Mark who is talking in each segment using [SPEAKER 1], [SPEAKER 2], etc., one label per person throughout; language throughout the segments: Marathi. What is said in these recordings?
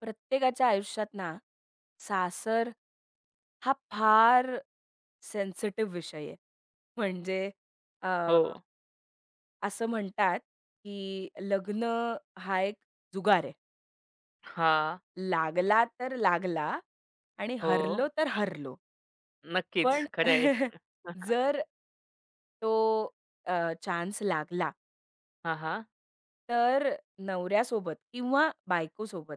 [SPEAKER 1] प्रत्येकाच्या आयुष्यात ना, सासर हा फार सेन्सिटिव्ह विषय आहे. म्हणजे अ,
[SPEAKER 2] हो.
[SPEAKER 1] असं म्हणतात, की लग्न हा एक जुगार आहे.
[SPEAKER 2] हा,
[SPEAKER 1] लागला तर लागला आणि
[SPEAKER 2] हो.
[SPEAKER 1] हरलो तर हरलो.
[SPEAKER 2] नक्कीच.
[SPEAKER 1] पण
[SPEAKER 2] खरं आहे.
[SPEAKER 1] जर तो चान्स लागला
[SPEAKER 2] हां, हां.
[SPEAKER 1] तर नवऱ्यासोबत किंवा बायकोसोबत,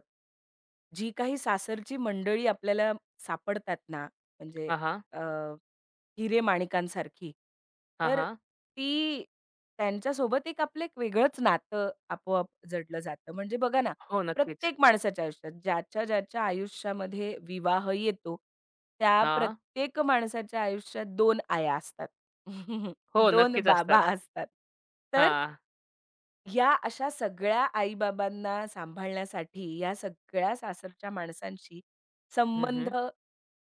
[SPEAKER 1] जी काही सासरची मंडळी आपल्याला सापडतात ना, म्हणजे
[SPEAKER 2] हां, हां.
[SPEAKER 1] अ, हिरे-माणिकांसारखी, तर
[SPEAKER 2] हां,
[SPEAKER 1] ती त्यांच्यासोबत एक आपलं एक वेगळंच नातं आपोआप जडलं जातं. म्हणजे बघा ना,
[SPEAKER 2] हो, नक्कीच.
[SPEAKER 1] प्रत्येक माणसाच्या आयुष्यात ज्याच्या-ज्याच्या आयुष्यामध्ये विवाह येतो, त्या
[SPEAKER 2] हा,
[SPEAKER 1] प्रत्येक माणसाच्या आयुष्यात 2 आया असतात.
[SPEAKER 2] हो,
[SPEAKER 1] 2
[SPEAKER 2] नक्कीच असतात.
[SPEAKER 1] बाबा असतात. तर
[SPEAKER 2] हा,
[SPEAKER 1] या अशा सगळ्या आई-बाबांना सांभाळण्यासाठी, या सगळ्या सासरच्या माणसांशी
[SPEAKER 2] हं,
[SPEAKER 1] संबंध
[SPEAKER 2] हं.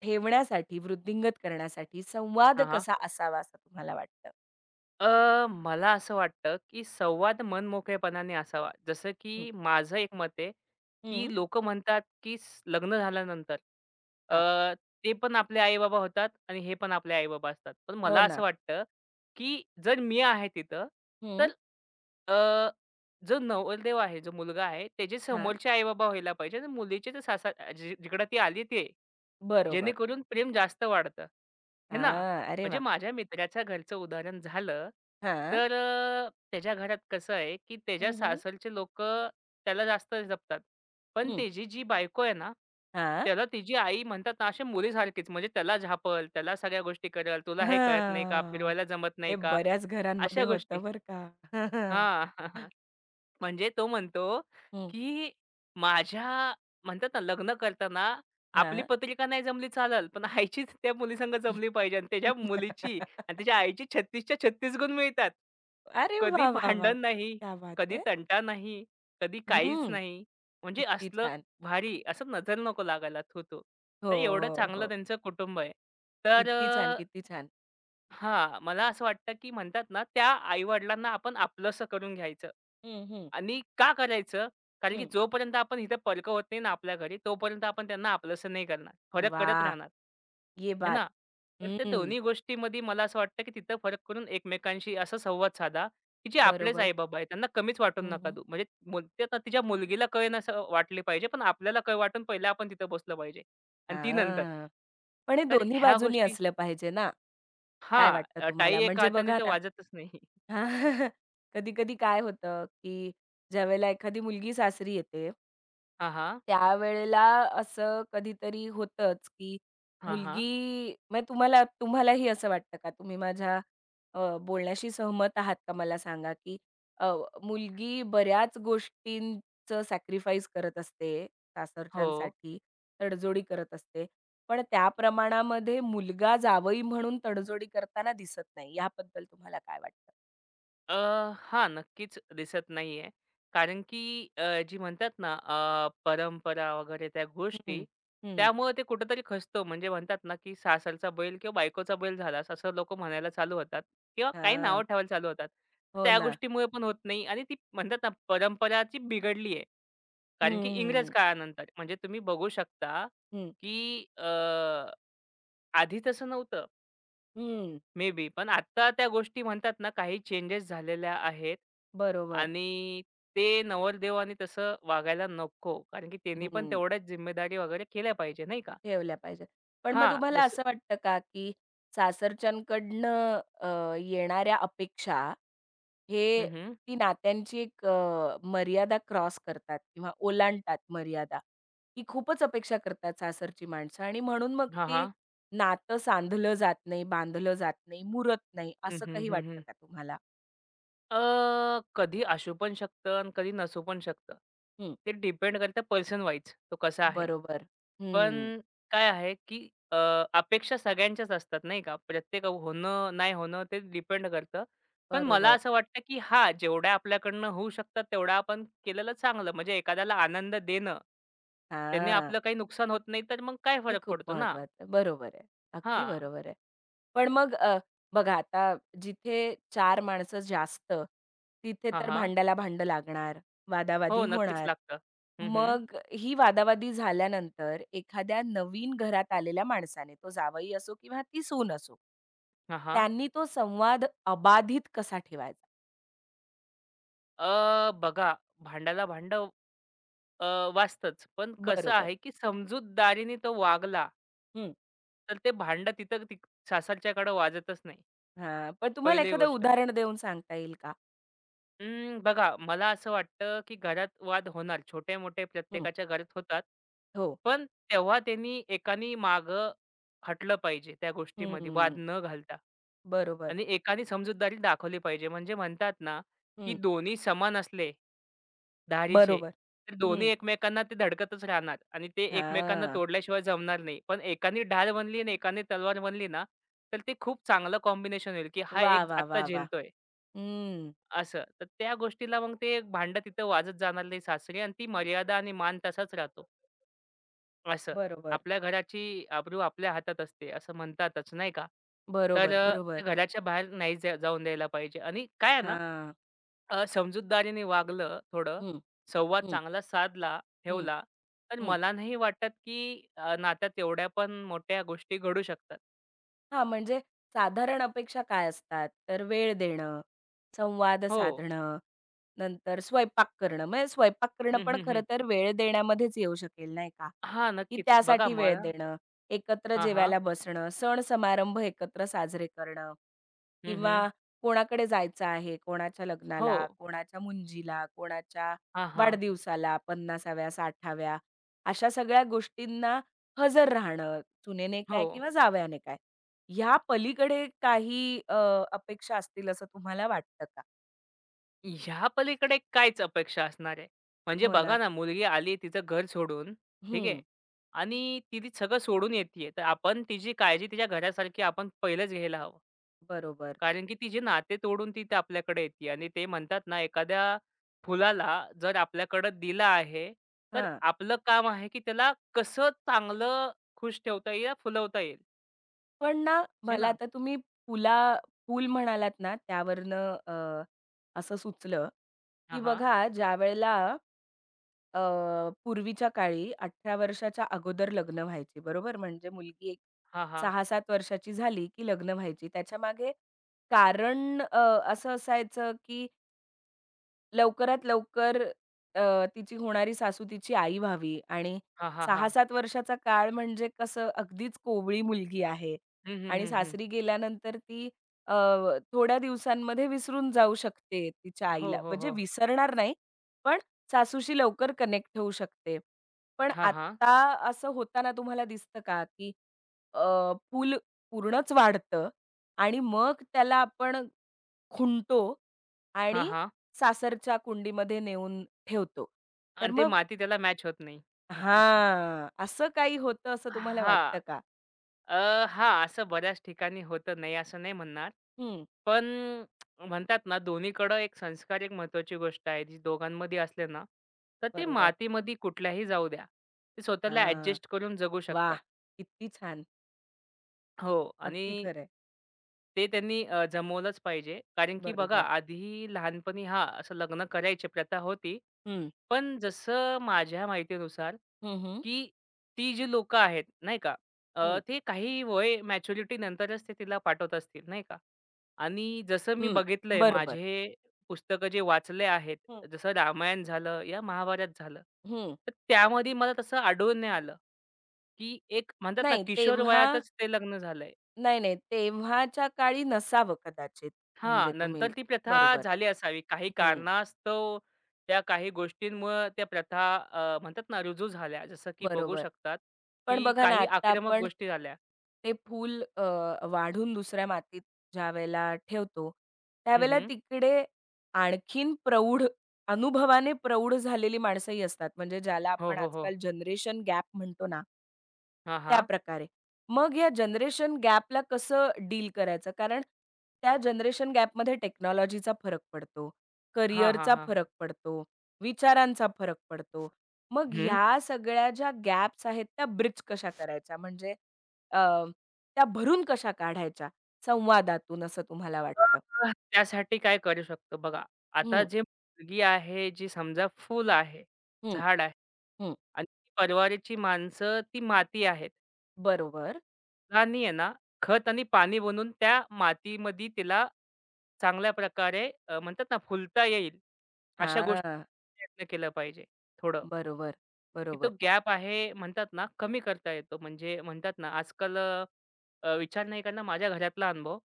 [SPEAKER 1] ठेवण्यासाठी, वृद्धिंगत करण्यासाठी संवाद
[SPEAKER 2] हां, हां.
[SPEAKER 1] कसा असावा असं तुम्हाला वाटतं?
[SPEAKER 2] मला असं वाटतं, की संवाद मनमोकळेपणाने असावा. जसं की
[SPEAKER 1] हं,
[SPEAKER 2] माझं एक मत आहे, की
[SPEAKER 1] हं,
[SPEAKER 2] लोक म्हणतात, की स लग्न झाल्यानंतर
[SPEAKER 1] हां.
[SPEAKER 2] अ, ते पण आपले आई-बाबा होतात आणि हे पण आपले आई-बाबा असतात. पण
[SPEAKER 1] हो
[SPEAKER 2] मला असं
[SPEAKER 1] ना.
[SPEAKER 2] वाटतं, की जर मी आहे तिथं,
[SPEAKER 1] हं,
[SPEAKER 2] तर अ, जो नवरदेव आहे, जो मुलगा आहे, त्याचे
[SPEAKER 1] हां.
[SPEAKER 2] समोरचे आई-बाबा व्हायला पाहिजे आणि मुलीचे ते सासर जिकडं ती आली ते.
[SPEAKER 1] बरोबर.
[SPEAKER 2] जेणेकरून प्रेम जास्त वाढतं, हे ना?
[SPEAKER 1] हां, अरे
[SPEAKER 2] म्हणजे
[SPEAKER 1] वाह!
[SPEAKER 2] माझ्या मित्राच्या घरचं उदाहरण झालं,
[SPEAKER 1] हां.
[SPEAKER 2] तर त्याच्या घरात कसं आहे, की त्याच्या
[SPEAKER 1] हं, हं.
[SPEAKER 2] सासरचे लोकं त्याला जास्त जपतात. पण
[SPEAKER 1] हं.
[SPEAKER 2] त्याची जी बायको आहे ना,
[SPEAKER 1] हां.
[SPEAKER 2] त्याला तिची आई म्हणतात ना, अशा मुलीसारखीच म्हणजे त्याला झापल, त्याला सगळ्या गोष्टी करेल, "तुला हे कळत नाही का?
[SPEAKER 1] हां.
[SPEAKER 2] फिरवायला जमत
[SPEAKER 1] हे
[SPEAKER 2] नाही का?"
[SPEAKER 1] बऱ्याच घरांमध्ये
[SPEAKER 2] अशा गोष्टी.
[SPEAKER 1] होतं बरं का.
[SPEAKER 2] हां. म्हणजे तो म्हणतो,
[SPEAKER 1] हं,
[SPEAKER 2] की माझ्या म्हणतात ना, लग्न करताना आपली
[SPEAKER 1] हां.
[SPEAKER 2] पत्रिका नाही जमली चालेल, पण आईचीच त्या मुलीसंग जमली पाहिजे आणि त्याच्या मुलीची आणि त्याच्या आईची 36च्या 36 गुण मिळतात.
[SPEAKER 1] अरे
[SPEAKER 2] कधी
[SPEAKER 1] वाह, वाह, वाह!
[SPEAKER 2] भांडण नाही,
[SPEAKER 1] क्या बात
[SPEAKER 2] कधी
[SPEAKER 1] है!
[SPEAKER 2] तंटा नाही, कधी काहीच
[SPEAKER 1] हं.
[SPEAKER 2] नाही. म्हणजे
[SPEAKER 1] किती
[SPEAKER 2] असलं
[SPEAKER 1] छान.
[SPEAKER 2] भारी, असं नजर नको लागायला थू-थू.
[SPEAKER 1] हो,
[SPEAKER 2] तर एवढं
[SPEAKER 1] हो,
[SPEAKER 2] चांगलं
[SPEAKER 1] हो.
[SPEAKER 2] त्यांचं कुटुंब आहे. तर
[SPEAKER 1] किती छान, किती छान.
[SPEAKER 2] हां, मला असं वाटतं, की म्हणतात ना, त्या आई-वडिलांना आपण आपलंसं करून घ्यायचं
[SPEAKER 1] हं, हं,
[SPEAKER 2] आणि का करायचं? कारण की
[SPEAKER 1] हं.
[SPEAKER 2] जोपर्यंत आपण इथं परकं होत नाही ना आपल्या घरी, तोपर्यंत आपण त्यांना आपलंसं नाही करणार. फरक करत
[SPEAKER 1] वाह!
[SPEAKER 2] राहणार.
[SPEAKER 1] ये
[SPEAKER 2] है
[SPEAKER 1] बात.
[SPEAKER 2] ना? तर त्या
[SPEAKER 1] हं.
[SPEAKER 2] दोन्ही गोष्टीमध्ये मला असं वाटतं, की तिथं फरक करून एकमेकांशी असा संवाद साधा, की जे आपलेच
[SPEAKER 1] बरोबर.
[SPEAKER 2] आई-बाबा आहेत, त्यांना कमीच वाटून
[SPEAKER 1] हं,
[SPEAKER 2] नका
[SPEAKER 1] हं.
[SPEAKER 2] देऊ. म्हणजे म्हणतात ना, तिच्या मुलगीला कळ नसं वाटली पाहिजे, पण आपल्याला कळ वाटून पहिलं आपण तिथं बसलं पाहिजे आणि ती नंतर.
[SPEAKER 1] हां. पण हे
[SPEAKER 2] तर
[SPEAKER 1] दोन्ही
[SPEAKER 2] ह्या
[SPEAKER 1] बाजूनी
[SPEAKER 2] गोष्टी
[SPEAKER 1] असलं पाहिजे ना. काय
[SPEAKER 2] हां,
[SPEAKER 1] वाटतं
[SPEAKER 2] टाळी
[SPEAKER 1] तुम्हाला?
[SPEAKER 2] एका
[SPEAKER 1] म्हणजे
[SPEAKER 2] हाताने
[SPEAKER 1] बघा
[SPEAKER 2] तर
[SPEAKER 1] ना,
[SPEAKER 2] वाजतच नाही.
[SPEAKER 1] हां. कधी-कधी काय होतं, की ज्यावेळेला एखादी मुलगी सासरी येते
[SPEAKER 2] हां, हां.
[SPEAKER 1] त्यावेळेला असं कधीतरी होतंच, की
[SPEAKER 2] हां, हां.
[SPEAKER 1] मुलगी म्हणजे तुम्हालाही असं वाटतं का? तुम्ही माझ्या बोलण्याशी सहमत आहात का मला सांगा, की अ, मुलगी बऱ्याच गोष्टींचं सॅक्रिफाईस करत असते
[SPEAKER 2] हो.
[SPEAKER 1] सासरच्यांसाठी, तडजोडी करत असते. पण त्या प्रमाणामध्ये मुलगा जावई म्हणून तडजोडी करताना दिसत नाही. याबद्दल तुम्हाला काय वाटतं?
[SPEAKER 2] अ, हां, नक्कीच दिसत नाहीये. कारण की जी म्हणतात ना परंपरा वगैरे त्या
[SPEAKER 1] हं,
[SPEAKER 2] गोष्टी,
[SPEAKER 1] हं.
[SPEAKER 2] त्यामुळे ते कुठेतरी खचतो. म्हणजे म्हणतात ना की सासरचा बैल किंवा बायकोचा बैल झालास, असं लोकं म्हणायला चालू होतात किंवा काही नावं
[SPEAKER 1] हां.
[SPEAKER 2] ठेवायला चालू होतात.
[SPEAKER 1] हो
[SPEAKER 2] त्या
[SPEAKER 1] ना.
[SPEAKER 2] गोष्टीमुळे पण होत नाही आणि ती म्हणतात ना परंपराची बिघडली आहे.
[SPEAKER 1] हं,
[SPEAKER 2] कारण की इंग्रज
[SPEAKER 1] हं.
[SPEAKER 2] काळानंतर म्हणजे तुम्ही बघू शकता
[SPEAKER 1] हं,
[SPEAKER 2] की आधी तसं नव्हतं. May be. पण आत्ता त्या गोष्टी म्हणतात ना, काही चेंजेस झालेल्या आहेत
[SPEAKER 1] बरोबर.
[SPEAKER 2] आणि ते नवरदेवाने तसं वागायला नको. कारण की त्यांनी पण
[SPEAKER 1] हं,
[SPEAKER 2] तेवढ्याच जिम्मेदारी वगैरे केल्या पाहिजे, नाही का?
[SPEAKER 1] ठेवल्या पाहिजेत. पण मग
[SPEAKER 2] हां.
[SPEAKER 1] तुम्हाला
[SPEAKER 2] जसं
[SPEAKER 1] असं वाटतं का, की सासरच्यांकडनं येणाऱ्या अपेक्षा हे
[SPEAKER 2] हं, हं.
[SPEAKER 1] ती नात्यांची एक मर्यादा क्रॉस करतात किंवा ओलांडतात मर्यादा. ती खूपच अपेक्षा करतात सासरची माणसं आणि म्हणून मग
[SPEAKER 2] हां,
[SPEAKER 1] ते
[SPEAKER 2] हां.
[SPEAKER 1] नातं सांधलं जात नाही, बांधलं जात नाही, मुरत नाही, असं काही वाटतं का तुम्हाला?
[SPEAKER 2] कधी असू पण शकतं आणि कधी नसू पण शकतं.
[SPEAKER 1] हं.
[SPEAKER 2] ते डिपेंड करतं पर्सन वाईज तो कसा आहे.
[SPEAKER 1] बरोबर. हं,
[SPEAKER 2] पण काय आहे, की अपेक्षा सगळ्यांच्याच असतात नाही का. प्रत्येक होणं, नाही होणं ते डिपेंड करतं. पण मला
[SPEAKER 1] बरोबर.
[SPEAKER 2] असं वाटतं, की हां, जेवढ्या आपल्याकडनं होऊ शकतात तेवढं आपण केलेलं चांगलं. म्हणजे एखाद्याला आनंद देणं. त्याने
[SPEAKER 1] हां,
[SPEAKER 2] आपलं काही नुकसान होत नाही, तर मग काय
[SPEAKER 1] हे
[SPEAKER 2] फरक
[SPEAKER 1] खूप
[SPEAKER 2] पडतो ना?
[SPEAKER 1] महत्वाचं. बरोबर आहे. अगदी
[SPEAKER 2] हां.
[SPEAKER 1] बरोबर आहे. पण मग बघा आता जिथे चार माणसं जास्त, तिथे
[SPEAKER 2] हां,
[SPEAKER 1] तर
[SPEAKER 2] हां.
[SPEAKER 1] भांड्याला भांडं लागणार,
[SPEAKER 2] हो,
[SPEAKER 1] वादावादी
[SPEAKER 2] नक्कीच
[SPEAKER 1] होणार.
[SPEAKER 2] लागतं. हं, हं.
[SPEAKER 1] मग ही वादावादी झाल्यानंतर एखाद्या नवीन घरात आलेल्या माणसाने, तो जावई असो किंवा ती सून असो,
[SPEAKER 2] हां, हां.
[SPEAKER 1] त्यांनी तो संवाद अबाधित कसा ठेवायचा?
[SPEAKER 2] बघा भांड्याला भांडं अ, वाचतच. पण कसं
[SPEAKER 1] बरोबर.
[SPEAKER 2] आहे, की समजूतदारीने तो वागला,
[SPEAKER 1] हं.
[SPEAKER 2] तर ते भांडं तिथं ती सासरच्याकडं वाजतच नाही,
[SPEAKER 1] हां. पण तुम्हाला
[SPEAKER 2] पहिली
[SPEAKER 1] एखादं
[SPEAKER 2] गोष्ट.
[SPEAKER 1] उदाहरण देऊन सांगता येईल का?
[SPEAKER 2] अं, बघा मला असं वाटतं, की घरात वाद होणार, छोटे-मोठे
[SPEAKER 1] हं.
[SPEAKER 2] प्रत्येकाच्या घरात होतात.
[SPEAKER 1] हो.
[SPEAKER 2] पण तेव्हा त्यांनी एकानी मागं हटलं पाहिजे त्या गोष्टीमध्ये वाद
[SPEAKER 1] हं.
[SPEAKER 2] न घालता.
[SPEAKER 1] बरोबर.
[SPEAKER 2] आणि एकानी समजूतदारी दाखवली पाहिजे. म्हणजे म्हणतात ना, की
[SPEAKER 1] हं.
[SPEAKER 2] दोन्ही समान असले धारीचे.
[SPEAKER 1] बरोबर.
[SPEAKER 2] तर
[SPEAKER 1] हं.
[SPEAKER 2] दोन्ही एकमेकांना ते धडकतच राहणार आणि ते एकमेकांना
[SPEAKER 1] हां.
[SPEAKER 2] तोडल्याशिवाय जमणार नाही. पण एकाने ढाल बनली आणि एकाने तलवार बनली ना, तर ते खूप चांगलं कॉम्बिनेशन होईल, की हा
[SPEAKER 1] वाह,
[SPEAKER 2] एक
[SPEAKER 1] वाह,
[SPEAKER 2] आत्ता
[SPEAKER 1] वाह, वाह!
[SPEAKER 2] झेलतोय
[SPEAKER 1] हम्म.
[SPEAKER 2] असं. तर त्या गोष्टीला मग ते भांडं तिथं वाजत जाणार नाही सासरी आणि ती मर्यादा आणि मान तसाच राहतो. असं.
[SPEAKER 1] बरोबर,
[SPEAKER 2] आपल्या घराची आबरू आपल्या हातात असते असं म्हणतातच नाही का? तर
[SPEAKER 1] बरोबर, बरोबर.
[SPEAKER 2] त्या घराच्या बाहेर नाही जाऊन द्यायला पाहिजे आणि काय आहे ना
[SPEAKER 1] हां.
[SPEAKER 2] समजूतदारीने वागलं थोडं,
[SPEAKER 1] हं,
[SPEAKER 2] संवाद
[SPEAKER 1] हं,
[SPEAKER 2] चांगला साधला,
[SPEAKER 1] हं,
[SPEAKER 2] ठेवला, तर
[SPEAKER 1] हं.
[SPEAKER 2] मला नाही वाटत, की नात्यात एवढ्या पण मोठ्या गोष्टी घडू शकतात.
[SPEAKER 1] हां, म्हणजे साधारण अपेक्षा काय असतात? तर वेळ देणं, संवाद
[SPEAKER 2] हो.
[SPEAKER 1] साधणं, नंतर स्वयंपाक करणं. म्हणजे स्वयंपाक करणं
[SPEAKER 2] हं,
[SPEAKER 1] पण
[SPEAKER 2] हं,
[SPEAKER 1] खरं
[SPEAKER 2] हं.
[SPEAKER 1] तर वेळ देण्यामध्येच येऊ शकेल नाही का?
[SPEAKER 2] हां,
[SPEAKER 1] की
[SPEAKER 2] नक्कीच. बघा
[SPEAKER 1] त्यासाठी वेळ
[SPEAKER 2] मला
[SPEAKER 1] देणं, एकत्र
[SPEAKER 2] हां, हां.
[SPEAKER 1] जेवायला बसणं, सण-समारंभ एकत्र साजरे करणं
[SPEAKER 2] हं,
[SPEAKER 1] किंवा
[SPEAKER 2] हं.
[SPEAKER 1] कोणाकडे जायचं आहे, कोणाच्या
[SPEAKER 2] हो.
[SPEAKER 1] लग्नाला, कोणाच्या मुंजीला, कोणाच्या
[SPEAKER 2] हां, हां.
[SPEAKER 1] वाढदिवसाला, 50व्या, 60व्या अशा सगळ्या गोष्टींना हजर राहणं, सुनेने
[SPEAKER 2] हो.
[SPEAKER 1] काय किंवा जावयाने काय. ह्या पलीकडे काही अपेक्षा असतील असं तुम्हाला वाटतं का?
[SPEAKER 2] ह्या पलीकडे कायच अपेक्षा असणार आहे? म्हणजे
[SPEAKER 1] हो ना.
[SPEAKER 2] बघा ना, मुलगी आली तिचं घर सोडून, ठीक आहे.
[SPEAKER 1] हं.
[SPEAKER 2] आणि ती सगळं सोडून येतीये, तर आपण तिची काळजी तिच्या घरासारखी आपण पहिलंच घ्यायला हवं.
[SPEAKER 1] बरोबर.
[SPEAKER 2] कारण की तिचे नाते तोडून ती तर आपल्याकडे येते आणि ते म्हणतात ना, एखाद्या फुलाला जर आपल्याकडे दिलं आहे, तर
[SPEAKER 1] हां.
[SPEAKER 2] आपलं काम आहे की त्याला कसं चांगलं खुश ठेवता येईल, फुलवता येईल.
[SPEAKER 1] पण ना,
[SPEAKER 2] हे
[SPEAKER 1] मला
[SPEAKER 2] ना?
[SPEAKER 1] आता तुम्ही पुला पूल म्हणालात ना, त्यावरनं असं सुचलं, की
[SPEAKER 2] हां, हां.
[SPEAKER 1] बघा ज्यावेळेला अ, पूर्वीच्या काळी 18 वर्षाच्या अगोदर लग्न व्हायची, बरोबर? म्हणजे मुलगी एक
[SPEAKER 2] हां, हां.
[SPEAKER 1] 6-7 वर्षाची झाली, की लग्न व्हायची. त्याच्यामागे कारण असं असायचं, की लवकरात लवकर तिची होणारी सासू तिची आई व्हावी आणि
[SPEAKER 2] हां, हां, हां.
[SPEAKER 1] 6-7 वर्षाचा काळ म्हणजे कसं अगदीच कोवळी मुलगी आहे
[SPEAKER 2] हं, हं,
[SPEAKER 1] आणि
[SPEAKER 2] हं, हं.
[SPEAKER 1] सासरी गेल्यानंतर ती अ, थोड्या दिवसांमध्ये विसरून जाऊ शकते तिच्या आईला.
[SPEAKER 2] हो, हो,
[SPEAKER 1] म्हणजे
[SPEAKER 2] हो.
[SPEAKER 1] विसरणार नाही, पण सासूशी लवकर कनेक्ट होऊ शकते. पण
[SPEAKER 2] हां, हां.
[SPEAKER 1] आत्ता असं होताना तुम्हाला दिसतं का, की अ, फूल पूर्णच वाढतं आणि मग त्याला आपण खुंटतो
[SPEAKER 2] हां,
[SPEAKER 1] आणि
[SPEAKER 2] हां.
[SPEAKER 1] सासरच्या कुंडीमध्ये नेऊन ठेवतो. तर
[SPEAKER 2] आणि ते
[SPEAKER 1] मग
[SPEAKER 2] माती त्याला मॅच होत नाही.
[SPEAKER 1] हां, असं काही होतं असं तुम्हाला
[SPEAKER 2] हां.
[SPEAKER 1] वाटतं का?
[SPEAKER 2] हां, असं बऱ्याच ठिकाणी होतं, नाही असं नाही म्हणणार.
[SPEAKER 1] हं,
[SPEAKER 2] पण म्हणतात ना, दोन्हीकडं एक संस्कार एक महत्त्वाची गोष्ट आहे, जी दोघांमध्ये असले ना, तर ते
[SPEAKER 1] बरोबर.
[SPEAKER 2] मातीमध्ये कुठल्याही जाऊ द्या, ते स्वतःला
[SPEAKER 1] हां,
[SPEAKER 2] ॲडजस्ट करून जगू शकतात.
[SPEAKER 1] वाह! किती छान.
[SPEAKER 2] हो आणि
[SPEAKER 1] अगदी खरं आहे.
[SPEAKER 2] ते त्यांनी जमवलंच पाहिजे. कारण की बघा
[SPEAKER 1] बरोबर.
[SPEAKER 2] आधी लहानपणी हा असं लग्न करायची प्रथा होती.
[SPEAKER 1] हं,
[SPEAKER 2] पण जसं माझ्या माहितीनुसार,
[SPEAKER 1] हं, हं,
[SPEAKER 2] की ती जी लोकं आहेत नाही का,
[SPEAKER 1] हं,
[SPEAKER 2] ते काही वय मॅच्युरिटी नंतरच ते तिला पाठवत असतील नाही का. आणि जसं मी
[SPEAKER 1] हं.
[SPEAKER 2] बघितलंय
[SPEAKER 1] बरोबर.
[SPEAKER 2] माझे पुस्तकं जे वाचले आहेत,
[SPEAKER 1] हं,
[SPEAKER 2] जसं रामायण झालं या महाभारत झालं.
[SPEAKER 1] हं.
[SPEAKER 2] तर त्यामध्ये मला तसं आढळून नाही आलं, की एक म्हणतात ना
[SPEAKER 1] नाही
[SPEAKER 2] किशोर
[SPEAKER 1] तेव्हा
[SPEAKER 2] वयातच ते लग्न झालंय.
[SPEAKER 1] नाही, नाही तेव्हाच्या काळी नसावं कदाचित म्हणजे
[SPEAKER 2] हां,
[SPEAKER 1] तुम्ही
[SPEAKER 2] नंतर ती प्रथा
[SPEAKER 1] बरोबर.
[SPEAKER 2] झाली असावी. काही
[SPEAKER 1] हं,
[SPEAKER 2] कारणास्तव त्या काही गोष्टींमुळं त्या प्रथा म्हणतात ना रुजू झाल्या. जसं की बघू
[SPEAKER 1] बरोबर.
[SPEAKER 2] शकतात,
[SPEAKER 1] पण
[SPEAKER 2] की
[SPEAKER 1] बघा ना,
[SPEAKER 2] काही
[SPEAKER 1] आत्ता
[SPEAKER 2] आक्रमक
[SPEAKER 1] आपण
[SPEAKER 2] गोष्टी झाल्या.
[SPEAKER 1] ते फूल वाढून दुसऱ्या मातीत ज्यावेळेला ठेवतो,
[SPEAKER 2] हं,
[SPEAKER 1] त्यावेळेला
[SPEAKER 2] हं.
[SPEAKER 1] तिकडे आणखीन प्रौढ अनुभवाने प्रौढ झालेली माणसंही असतात. म्हणजे ज्याला
[SPEAKER 2] हो,
[SPEAKER 1] आपण
[SPEAKER 2] हो, हो.
[SPEAKER 1] आजकाल जनरेशन गॅप म्हणतो ना,
[SPEAKER 2] हां,
[SPEAKER 1] त्या
[SPEAKER 2] हां.
[SPEAKER 1] प्रकारे, मग या जनरेशन गॅपला कसं डील करायचं? कारण त्या जनरेशन गॅपमध्ये टेक्नॉलॉजीचा फरक पडतो,
[SPEAKER 2] हां, हां,
[SPEAKER 1] करिअरचा
[SPEAKER 2] हां.
[SPEAKER 1] फरक पडतो, विचारांचा फरक पडतो. मग
[SPEAKER 2] हं.
[SPEAKER 1] ह्या सगळ्या ज्या गॅप्स आहेत त्या ब्रिज कशा करायच्या? म्हणजे अ, त्या भरून कशा काढायच्या संवादातून असं तुम्हाला वाटतं?
[SPEAKER 2] तर त्यासाठी काय करू शकतो बघा. आता
[SPEAKER 1] हं,
[SPEAKER 2] जी मुलगी आहे, जी समजा फुल आहे,
[SPEAKER 1] हं,
[SPEAKER 2] झाड आहे
[SPEAKER 1] हं.
[SPEAKER 2] आणि ती परवारीची माणसं ती माती आहेत.
[SPEAKER 1] बरोबर.
[SPEAKER 2] फुलांनी आहे ना, खत आणि पाणी बनून त्या मातीमध्ये तिला चांगल्या प्रकारे म्हणतात ना, फुलता येईल, अशा गोष्टी
[SPEAKER 1] हां.
[SPEAKER 2] प्रयत्न केला पाहिजे थोडं.
[SPEAKER 1] बरोबर,
[SPEAKER 2] की तो
[SPEAKER 1] बरोबर.
[SPEAKER 2] गॅप आहे म्हणतात ना, कमी करता येतो. म्हणजे म्हणतात ना, आजकाल विचार नाही करणार माझ्या घरातला अनुभव.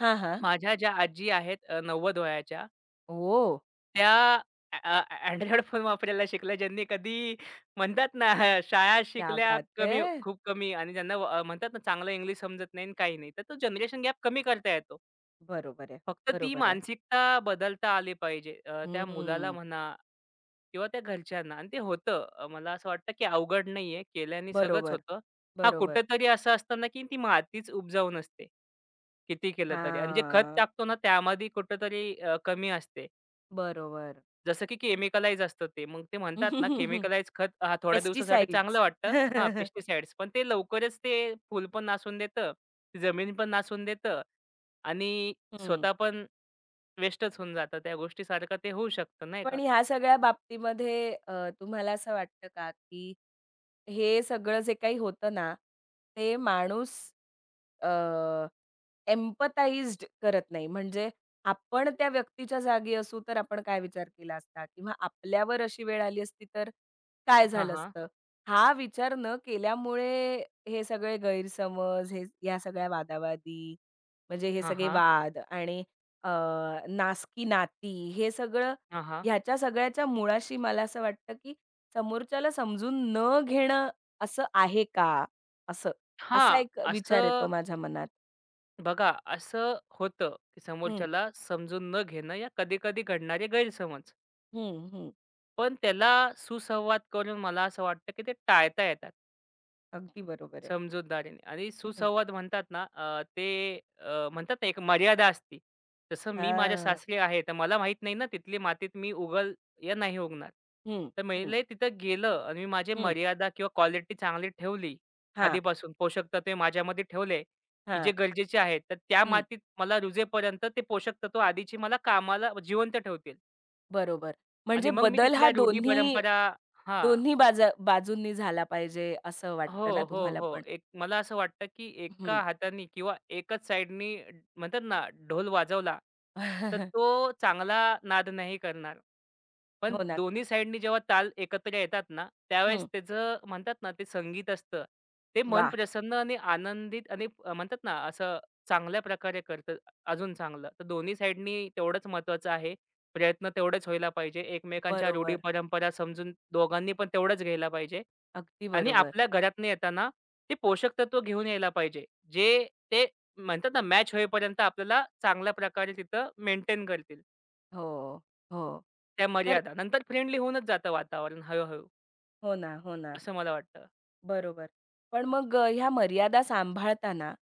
[SPEAKER 1] हां, हां.
[SPEAKER 2] माझ्या ज्या आजी आहेत 90 वयाच्या,
[SPEAKER 1] ओह!
[SPEAKER 2] त्या अ, अ, Android फोन वापरायला शिकल्या, ज्यांनी कधी म्हणतात ना, शाळा
[SPEAKER 1] क्या
[SPEAKER 2] शिकल्या
[SPEAKER 1] बात
[SPEAKER 2] कमी,
[SPEAKER 1] है!
[SPEAKER 2] खूप कमी आणि ज्यांना म्हणतात ना, चांगलं इंग्लिश समजत नाही आणि काही नाही. तर तो जनरेशन गॅप कमी करता येतो.
[SPEAKER 1] बरोबर आहे,
[SPEAKER 2] फक्त ती
[SPEAKER 1] बरोबर आहे.
[SPEAKER 2] मानसिकता बदलता आली पाहिजे. त्या मुलाला
[SPEAKER 1] हं.
[SPEAKER 2] म्हणा किंवा त्या घरच्यांना आणि ते होतं. मला असं वाटतं, की अवघड नाहीये. केल्याने सगळंच
[SPEAKER 1] बरोबर,
[SPEAKER 2] होतं. हां,
[SPEAKER 1] बरोबर.
[SPEAKER 2] कुठेतरी असं असतं ना, की ती मातीच उपजाऊ नसते. किती केलं तरी आणि जे खत
[SPEAKER 1] हां.
[SPEAKER 2] टाकतो ना, त्यामध्ये कुठेतरी कमी असते.
[SPEAKER 1] बरोबर.
[SPEAKER 2] जसं की केमिकलाइज असतं ते. मग ते म्हणतात ना, केमिकलाइज खत हां, थोड्या दिवसासाठी
[SPEAKER 1] पेस्टिसाइड्स.
[SPEAKER 2] चांगलं वाटतं. हां, पेस्टिसाइड्स पण ते लवकरच ते फूल पण नासून देतं, ती जमीन पण नासून देतं आणि
[SPEAKER 1] हं.
[SPEAKER 2] स्वतः पण वेस्टच होऊन जातं. त्या गोष्टीसारखं ते होऊ शकतं नाही का.
[SPEAKER 1] पण ह्या सगळ्या बाबतीमध्ये तुम्हाला असं वाटतं का, की हे सगळं जे काही होतं ना, ते माणूस अ, करत नाही. म्हणजे आपण त्या व्यक्तीच्या जागी असू, तर आपण काय विचार केला असता? किंवा आपल्यावर अशी वेळ आली असती, तर काय
[SPEAKER 2] हां,
[SPEAKER 1] झालं
[SPEAKER 2] हां.
[SPEAKER 1] असतं? हा विचार न केल्यामुळे हे सगळे गैरसमज, हे ह्या सगळ्या वादावादी, म्हणजे हे
[SPEAKER 2] हां,
[SPEAKER 1] सगळे
[SPEAKER 2] हां.
[SPEAKER 1] वाद आणि अ, नासकी नाती, हे सगळं
[SPEAKER 2] हां, हां.
[SPEAKER 1] ह्याच्या सगळ्याच्या मुळाशी मला असं वाटतं, की समोरच्याला समजून न घेणं असं आहे का? असं. असा
[SPEAKER 2] हां,
[SPEAKER 1] एक विचार येतो
[SPEAKER 2] असं
[SPEAKER 1] माझ्या मनात.
[SPEAKER 2] बघा, असं होतं की
[SPEAKER 1] हं,
[SPEAKER 2] समोरच्याला समजून न घेणं या कधी-कधी घडणारे गैरसमज.
[SPEAKER 1] हं, हं.
[SPEAKER 2] पण त्याला सुसंवाद करून मला असं वाटतं की ते टाळता येतात.
[SPEAKER 1] अगदी बरोबर आहे.
[SPEAKER 2] समजूतदारीने आणि
[SPEAKER 1] हं.
[SPEAKER 2] सुसंवाद म्हणतात ना ते म्हणतात ना एक मर्यादा असते. जसं मी माझ्या
[SPEAKER 1] हां.
[SPEAKER 2] सासरी आहे, तर मला माहीत नाही ना तिथली मातीत मी उगल या नाही उगणार.
[SPEAKER 1] हं,
[SPEAKER 2] तर
[SPEAKER 1] हं,
[SPEAKER 2] मी तिथं गेलं आणि मी माझी
[SPEAKER 1] हं.
[SPEAKER 2] मर्यादा किंवा क्वालिटी चांगली ठेवली
[SPEAKER 1] हां,
[SPEAKER 2] आधीपासून पोषक तत्वे माझ्यामध्ये ठेवले, की
[SPEAKER 1] हां.
[SPEAKER 2] जे गरजेचे आहेत. तर त्या
[SPEAKER 1] हं.
[SPEAKER 2] मातीत मला रुजेपर्यंत ते पोषक तत्व आधीची मला कामाला जिवंत ठेवतील
[SPEAKER 1] बरोबर. म्हणजे
[SPEAKER 2] आणि मग मी
[SPEAKER 1] बदल हा
[SPEAKER 2] तिथल्या रूढी
[SPEAKER 1] दोन्ही
[SPEAKER 2] परंपरा हां.
[SPEAKER 1] दोन्ही बाजूंनी झाला पाहिजे असं वाटतं ना
[SPEAKER 2] हो, हो,
[SPEAKER 1] तुम्हाला
[SPEAKER 2] हो.
[SPEAKER 1] पण?
[SPEAKER 2] एक मला असं वाटतं, की
[SPEAKER 1] हं.
[SPEAKER 2] एका हाताने किंवा एकच साइडनी म्हणतात ना, ढोल वाजवला, तर तो चांगला नाद नाही करणार. पण
[SPEAKER 1] हो ना.
[SPEAKER 2] दोन्ही साइडनी जेव्हा ताल एकत्र येतात ना, त्यावेळेस
[SPEAKER 1] हं.
[SPEAKER 2] त्याचं म्हणतात ना, ते संगीत असतं. ते मन
[SPEAKER 1] वाह!
[SPEAKER 2] प्रसन्न आणि आनंदित आणि म्हणतात ना, असं चांगल्या प्रकारे करतं अजून चांगलं. तर दोन्ही साइडनी तेवढंच महत्त्वाचं आहे. प्रयत्न तेवढेच व्हायला पाहिजे. एकमेकांच्या रूढी
[SPEAKER 1] बरोबर.
[SPEAKER 2] परंपरा समजून दोघांनी पण तेवढंच घ्यायला पाहिजे.
[SPEAKER 1] अगदी
[SPEAKER 2] आणि
[SPEAKER 1] बरोबर.
[SPEAKER 2] आपल्या घरातनं येताना ते पोषक तत्व घेऊन यायला पाहिजे. जे ते म्हणतात ना, मॅच होईपर्यंत आपल्याला चांगल्या प्रकारे तिथं मेंटेन करतील.
[SPEAKER 1] हो, हो.
[SPEAKER 2] त्या
[SPEAKER 1] तर
[SPEAKER 2] मर्यादा. नंतर फ्रेंडली होऊनच जातं वातावरण हळू-हळू,
[SPEAKER 1] हो ना, हो ना.
[SPEAKER 2] असं मला वाटतं.
[SPEAKER 1] बरोबर. पण मग ह्या मर्यादा सांभाळताना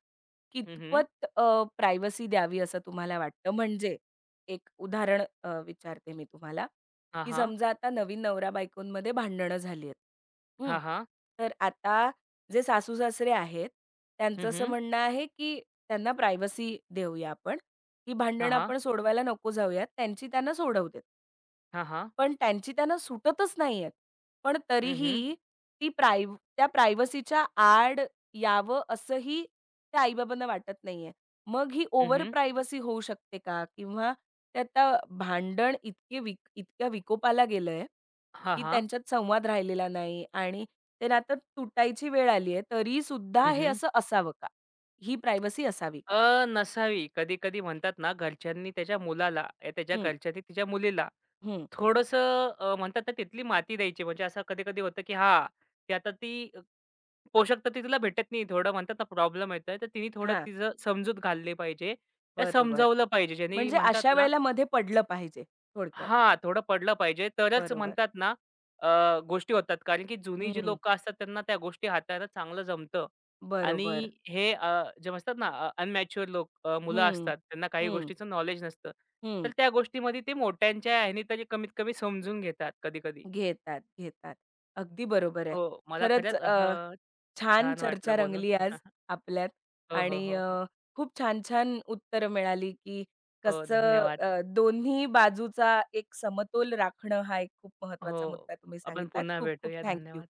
[SPEAKER 2] हं, हं.
[SPEAKER 1] कितपत प्रायव्हसी द्यावी असं तुम्हाला वाटतं? म्हणजे एक उदाहरण विचारते मी तुम्हाला,
[SPEAKER 2] हां,
[SPEAKER 1] की
[SPEAKER 2] हां.
[SPEAKER 1] समजा आता नवीन नवरा-बायकोंमध्ये भांडणं झाली आहेत. हं.
[SPEAKER 2] हां, हां.
[SPEAKER 1] तर आता जे सासू-सासरे आहेत, त्यांचं
[SPEAKER 2] हं,
[SPEAKER 1] असं
[SPEAKER 2] हं.
[SPEAKER 1] म्हणणं आहे, की त्यांना प्रायव्हसी देऊया आपण, की
[SPEAKER 2] हां,
[SPEAKER 1] भांडणं
[SPEAKER 2] हां.
[SPEAKER 1] आपण सोडवायला नको जाऊयात. त्यांची त्यांना सोडवू
[SPEAKER 2] हां, हां.
[SPEAKER 1] पण त्यांची त्यांना सुटतच नाहीयेत. पण
[SPEAKER 2] हं, हं.
[SPEAKER 1] तरीही ती प्राइव त्या प्रायव्हसीच्या आड यावं असंही त्या आई-बाबांना वाटत नाहीये. मग ही
[SPEAKER 2] हं,
[SPEAKER 1] ओव्हर
[SPEAKER 2] हं.
[SPEAKER 1] प्रायव्हसी होऊ शकते का? किंवा ते आता भांडण इतके विक इतक्या विकोपाला गेलंय,
[SPEAKER 2] हां,
[SPEAKER 1] की
[SPEAKER 2] हां.
[SPEAKER 1] त्यांच्यात संवाद राहिलेला नाही आणि ते नातं तुटायची वेळ आली आहे, तरीसुद्धा
[SPEAKER 2] हं,
[SPEAKER 1] हे
[SPEAKER 2] हं.
[SPEAKER 1] असं असावं का? ही प्रायव्हसी असावी का?
[SPEAKER 2] अ, नसावी. कधी-कधी म्हणतात ना, घरच्यांनी त्याच्या मुलाला, या त्याच्या
[SPEAKER 1] हं,
[SPEAKER 2] घरच्यांनी तिच्या मुलीला
[SPEAKER 1] हं.
[SPEAKER 2] थोडंसं म्हणतात ना, तिथली माती द्यायची. म्हणजे असं कधी-कधी होतं, की हां, ती पोषक तत्त्वे तिला भेटत नाही. थोडं म्हणतात ना, प्रॉब्लेम येतोय. तर तिने थोडं
[SPEAKER 1] हां,
[SPEAKER 2] तिचं समजूत घातली पाहिजे. त्या
[SPEAKER 1] बरोबर.
[SPEAKER 2] समजावलं पाहिजे. ज्याने
[SPEAKER 1] म्हणजे
[SPEAKER 2] म्हणतात
[SPEAKER 1] अशा
[SPEAKER 2] ना
[SPEAKER 1] वेळेला मध्ये पडलं पाहिजे थोडक्यात.
[SPEAKER 2] हां, थोडं पडलं पाहिजे तरच
[SPEAKER 1] बरोबर.
[SPEAKER 2] म्हणतात ना गोष्टी होतात. कारण की जुनी जी
[SPEAKER 1] हं,
[SPEAKER 2] लोकं असतात त्यांना त्या गोष्टी हाताळायला चांगलं जमतं आणि
[SPEAKER 1] बरोबर.
[SPEAKER 2] हे जे म्हणतात ना अनमॅच्युअर लोक मुलं
[SPEAKER 1] हं,
[SPEAKER 2] असतात त्यांना काही
[SPEAKER 1] हं,
[SPEAKER 2] गोष्टीचं नॉलेज नसतं.
[SPEAKER 1] हं.
[SPEAKER 2] तर त्या गोष्टीमध्ये ते मोठ्यांच्या ह्याने तरी कमीत कमी समजून घेतात कधी-कधी.
[SPEAKER 1] घेतात, घेतात. अगदी बरोबर आहे.
[SPEAKER 2] हो, मला
[SPEAKER 1] खरंच
[SPEAKER 2] खरंच असं
[SPEAKER 1] छान
[SPEAKER 2] छान
[SPEAKER 1] चर्चा
[SPEAKER 2] वाटलं बोलून.
[SPEAKER 1] रंगली आज आपल्यात
[SPEAKER 2] हो, हो,
[SPEAKER 1] आणि
[SPEAKER 2] हो, हो.
[SPEAKER 1] खूप छान-छान उत्तरं मिळाली, की
[SPEAKER 2] हो,
[SPEAKER 1] कसं
[SPEAKER 2] धन्यवाद.
[SPEAKER 1] दोन्ही बाजूचा एक समतोल राखणं हा एक खूप महत्त्वाचा
[SPEAKER 2] हो,
[SPEAKER 1] मुद्दा तुम्ही
[SPEAKER 2] आपण
[SPEAKER 1] सांगितलात.
[SPEAKER 2] पुन्हा
[SPEAKER 1] खूप-खूप
[SPEAKER 2] भेटूया.
[SPEAKER 1] Thank you.
[SPEAKER 2] धन्यवाद.